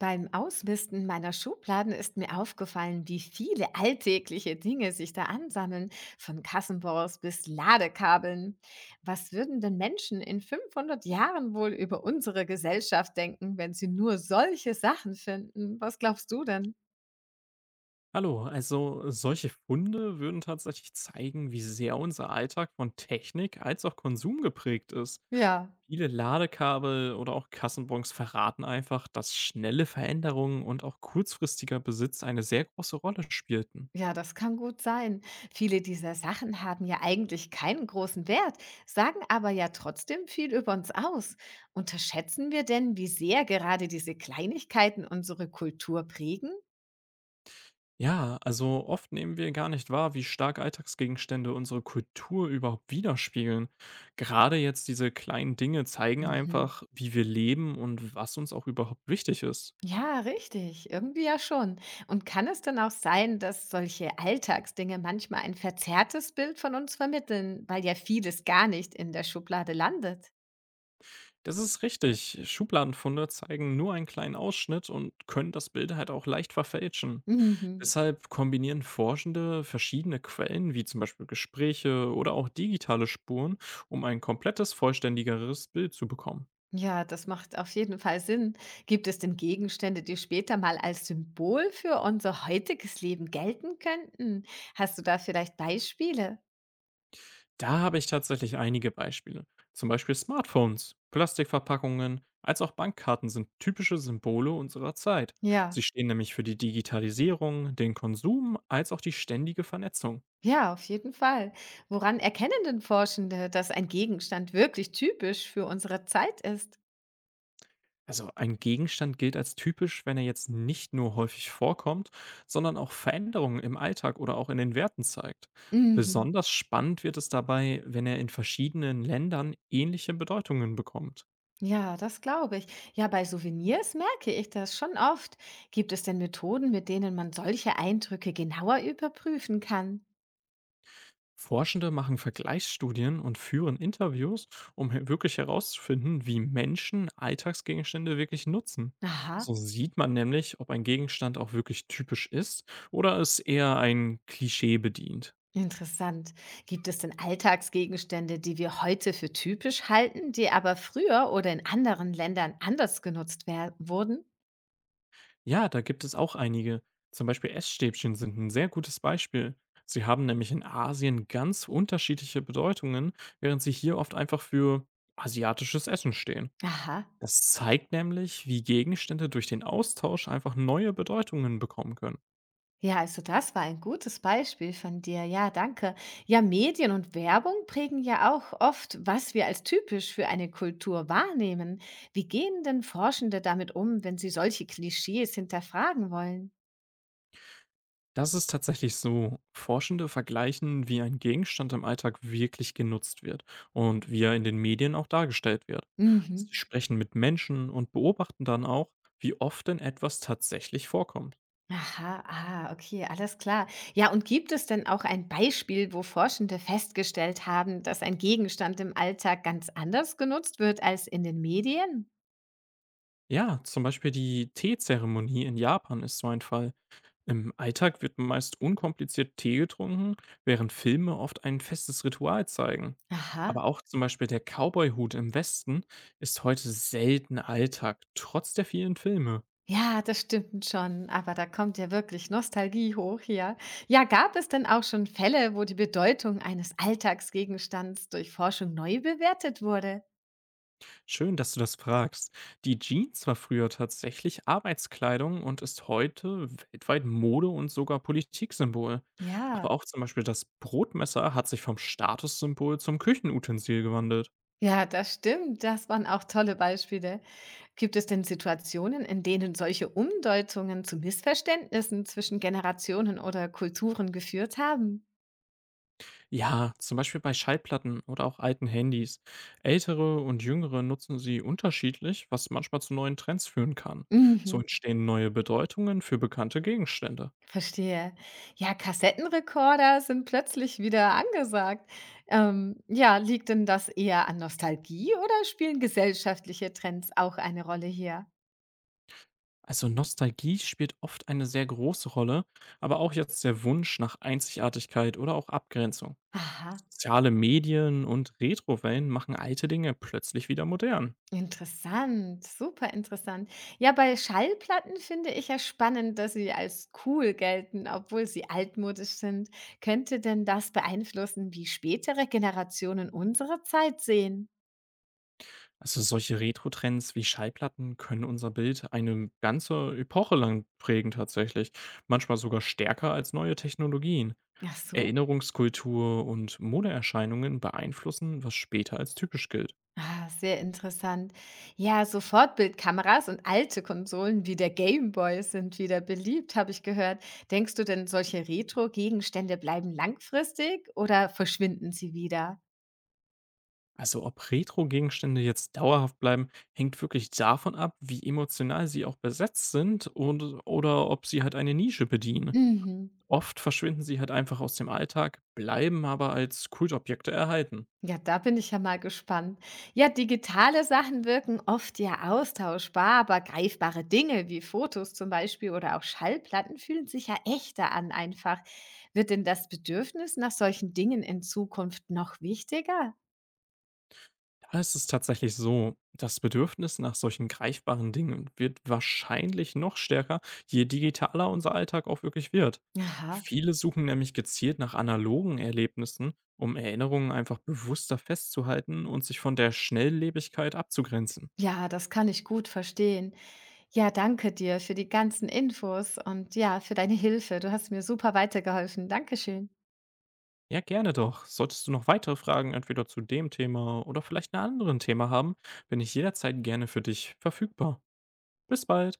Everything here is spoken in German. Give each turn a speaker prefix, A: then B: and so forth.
A: Beim Ausmisten meiner Schubladen ist mir aufgefallen, wie viele alltägliche Dinge sich da ansammeln, von Kassenbons bis Ladekabeln. Was würden denn Menschen in 500 Jahren wohl über unsere Gesellschaft denken, wenn sie nur solche Sachen finden? Was glaubst du denn?
B: Hallo, also solche Funde würden tatsächlich zeigen, wie sehr unser Alltag von Technik als auch Konsum geprägt ist.
A: Ja,
B: Viele Ladekabel oder auch Kassenbons verraten einfach, dass schnelle Veränderungen und auch kurzfristiger Besitz eine sehr große Rolle spielten.
A: ja, das kann gut sein. Viele dieser Sachen haben ja eigentlich keinen großen Wert, sagen aber ja trotzdem viel über uns aus. Unterschätzen wir denn, wie sehr gerade diese Kleinigkeiten unsere Kultur prägen?
B: Ja, also oft nehmen wir gar nicht wahr, wie stark Alltagsgegenstände unsere Kultur überhaupt widerspiegeln. Gerade jetzt diese kleinen Dinge zeigen
A: Mhm.
B: einfach, wie wir leben und was uns auch überhaupt wichtig ist.
A: Ja, richtig. Irgendwie ja schon. Und kann es denn auch sein, dass solche Alltagsdinge manchmal ein verzerrtes Bild von uns vermitteln, weil ja vieles gar nicht in der Schublade landet?
B: Das ist richtig. Schubladenfunde zeigen nur einen kleinen Ausschnitt und können das Bild halt auch leicht verfälschen.
A: Mhm.
B: Deshalb kombinieren Forschende verschiedene Quellen, wie zum Beispiel Gespräche oder auch digitale Spuren, um ein komplettes, vollständigeres Bild zu bekommen.
A: Ja, das macht auf jeden Fall Sinn. Gibt es denn Gegenstände, die später mal als Symbol für unser heutiges Leben gelten könnten? Hast du da vielleicht Beispiele?
B: Da habe ich tatsächlich einige Beispiele. Zum Beispiel Smartphones, Plastikverpackungen, als auch Bankkarten sind typische Symbole unserer Zeit.
A: Ja,
B: Sie stehen nämlich für die Digitalisierung, den Konsum als auch die ständige Vernetzung.
A: ja, auf jeden Fall. Woran erkennen denn Forschende, dass ein Gegenstand wirklich typisch für unsere Zeit ist?
B: Also ein Gegenstand gilt als typisch, wenn er jetzt nicht nur häufig vorkommt, sondern auch Veränderungen im Alltag oder auch in den Werten zeigt.
A: Mhm.
B: Besonders spannend wird es dabei, wenn er in verschiedenen Ländern ähnliche Bedeutungen bekommt.
A: Ja, das glaube ich. Ja, bei Souvenirs merke ich das schon oft. Gibt es denn Methoden, mit denen man solche Eindrücke genauer überprüfen kann?
B: Forschende machen Vergleichsstudien und führen Interviews, um wirklich herauszufinden, wie Menschen Alltagsgegenstände wirklich nutzen.
A: Aha.
B: So sieht man nämlich, ob ein Gegenstand auch wirklich typisch ist oder es eher ein Klischee bedient.
A: Interessant. Gibt es denn Alltagsgegenstände, die wir heute für typisch halten, die aber früher oder in anderen Ländern anders genutzt wurden?
B: Ja, da gibt es auch einige. Zum Beispiel Essstäbchen sind ein sehr gutes Beispiel. Sie haben nämlich in Asien ganz unterschiedliche Bedeutungen, während sie hier oft einfach für asiatisches Essen stehen.
A: Aha.
B: Das zeigt nämlich, wie Gegenstände durch den Austausch einfach neue Bedeutungen bekommen können.
A: Ja, also das war ein gutes Beispiel von dir. Ja, danke. Ja, Medien und Werbung prägen ja auch oft, was wir als typisch für eine Kultur wahrnehmen. Wie gehen denn Forschende damit um, wenn sie solche Klischees hinterfragen wollen?
B: Das ist tatsächlich so. Forschende vergleichen, wie ein Gegenstand im Alltag wirklich genutzt wird und wie er in den Medien auch dargestellt wird.
A: Mhm.
B: Sie sprechen mit Menschen und beobachten dann auch, wie oft denn etwas tatsächlich vorkommt.
A: Aha, ah, okay, alles klar. Ja, und gibt es denn auch ein Beispiel, wo Forschende festgestellt haben, dass ein Gegenstand im Alltag ganz anders genutzt wird als in den Medien?
B: Ja, zum Beispiel die Teezeremonie in Japan ist so ein Fall. Im Alltag wird meist unkompliziert Tee getrunken, während Filme oft ein festes Ritual zeigen.
A: Aha.
B: Aber auch zum Beispiel der Cowboy-Hut im Westen ist heute selten Alltag, trotz der vielen Filme.
A: Ja, das stimmt schon, aber da kommt ja wirklich Nostalgie hoch hier. Ja, gab es denn auch schon Fälle, wo die Bedeutung eines Alltagsgegenstands durch Forschung neu bewertet wurde?
B: Schön, dass du das fragst. Die Jeans war früher tatsächlich Arbeitskleidung und ist heute weltweit Mode und sogar Politiksymbol. Aber
A: Ja,
B: auch zum Beispiel das Brotmesser hat sich vom Statussymbol zum Küchenutensil gewandelt.
A: ja, das stimmt. Das waren auch tolle Beispiele. Gibt es denn Situationen, in denen solche Umdeutungen zu Missverständnissen zwischen Generationen oder Kulturen geführt haben?
B: Ja, zum Beispiel bei Schallplatten oder auch alten Handys. Ältere und jüngere nutzen sie unterschiedlich, was manchmal zu neuen Trends führen kann. So
A: Mhm,
B: entstehen neue Bedeutungen für bekannte Gegenstände.
A: verstehe. Ja, Kassettenrekorder sind plötzlich wieder angesagt. Ja, liegt denn das eher an Nostalgie oder spielen gesellschaftliche Trends auch eine Rolle hier?
B: Also Nostalgie spielt oft eine sehr große Rolle, aber auch jetzt der Wunsch nach Einzigartigkeit oder auch Abgrenzung.
A: Aha.
B: Soziale Medien und Retrowellen machen alte Dinge plötzlich wieder modern.
A: Interessant, super interessant. Ja, bei Schallplatten finde ich ja spannend, dass sie als cool gelten, obwohl sie altmodisch sind. Könnte denn das beeinflussen, wie spätere Generationen unsere Zeit sehen?
B: Also solche Retro-Trends wie Schallplatten können unser Bild eine ganze Epoche lang prägen tatsächlich, manchmal sogar stärker als neue Technologien.
A: Ach so.
B: Erinnerungskultur und Modeerscheinungen beeinflussen, was später als typisch gilt.
A: Ah, sehr interessant. Ja, so Fortbildkameras und alte Konsolen wie der Gameboy sind wieder beliebt, habe ich gehört. Denkst du denn, solche Retro-Gegenstände bleiben langfristig oder verschwinden sie wieder?
B: Also ob Retro-Gegenstände jetzt dauerhaft bleiben, hängt wirklich davon ab, wie emotional sie auch besetzt sind und oder ob sie halt eine Nische bedienen.
A: Mhm.
B: Oft verschwinden sie halt einfach aus dem Alltag, bleiben aber als Kultobjekte erhalten.
A: Ja, da bin ich ja mal gespannt. Ja, digitale Sachen wirken oft ja austauschbar, aber greifbare Dinge wie Fotos zum Beispiel oder auch Schallplatten fühlen sich ja echter an einfach. Wird denn das Bedürfnis nach solchen Dingen in Zukunft noch wichtiger?
B: Da ist es tatsächlich so, das Bedürfnis nach solchen greifbaren Dingen wird wahrscheinlich noch stärker, je digitaler unser Alltag auch wirklich wird.
A: Aha.
B: Viele suchen nämlich gezielt nach analogen Erlebnissen, um Erinnerungen einfach bewusster festzuhalten und sich von der Schnelllebigkeit abzugrenzen.
A: Ja, das kann ich gut verstehen. Ja, danke dir für die ganzen Infos und ja, für deine Hilfe. Du hast mir super weitergeholfen. Dankeschön.
B: Ja, gerne doch. Solltest du noch weitere Fragen entweder zu dem Thema oder vielleicht einem anderen Thema haben, bin ich jederzeit gerne für dich verfügbar. Bis bald.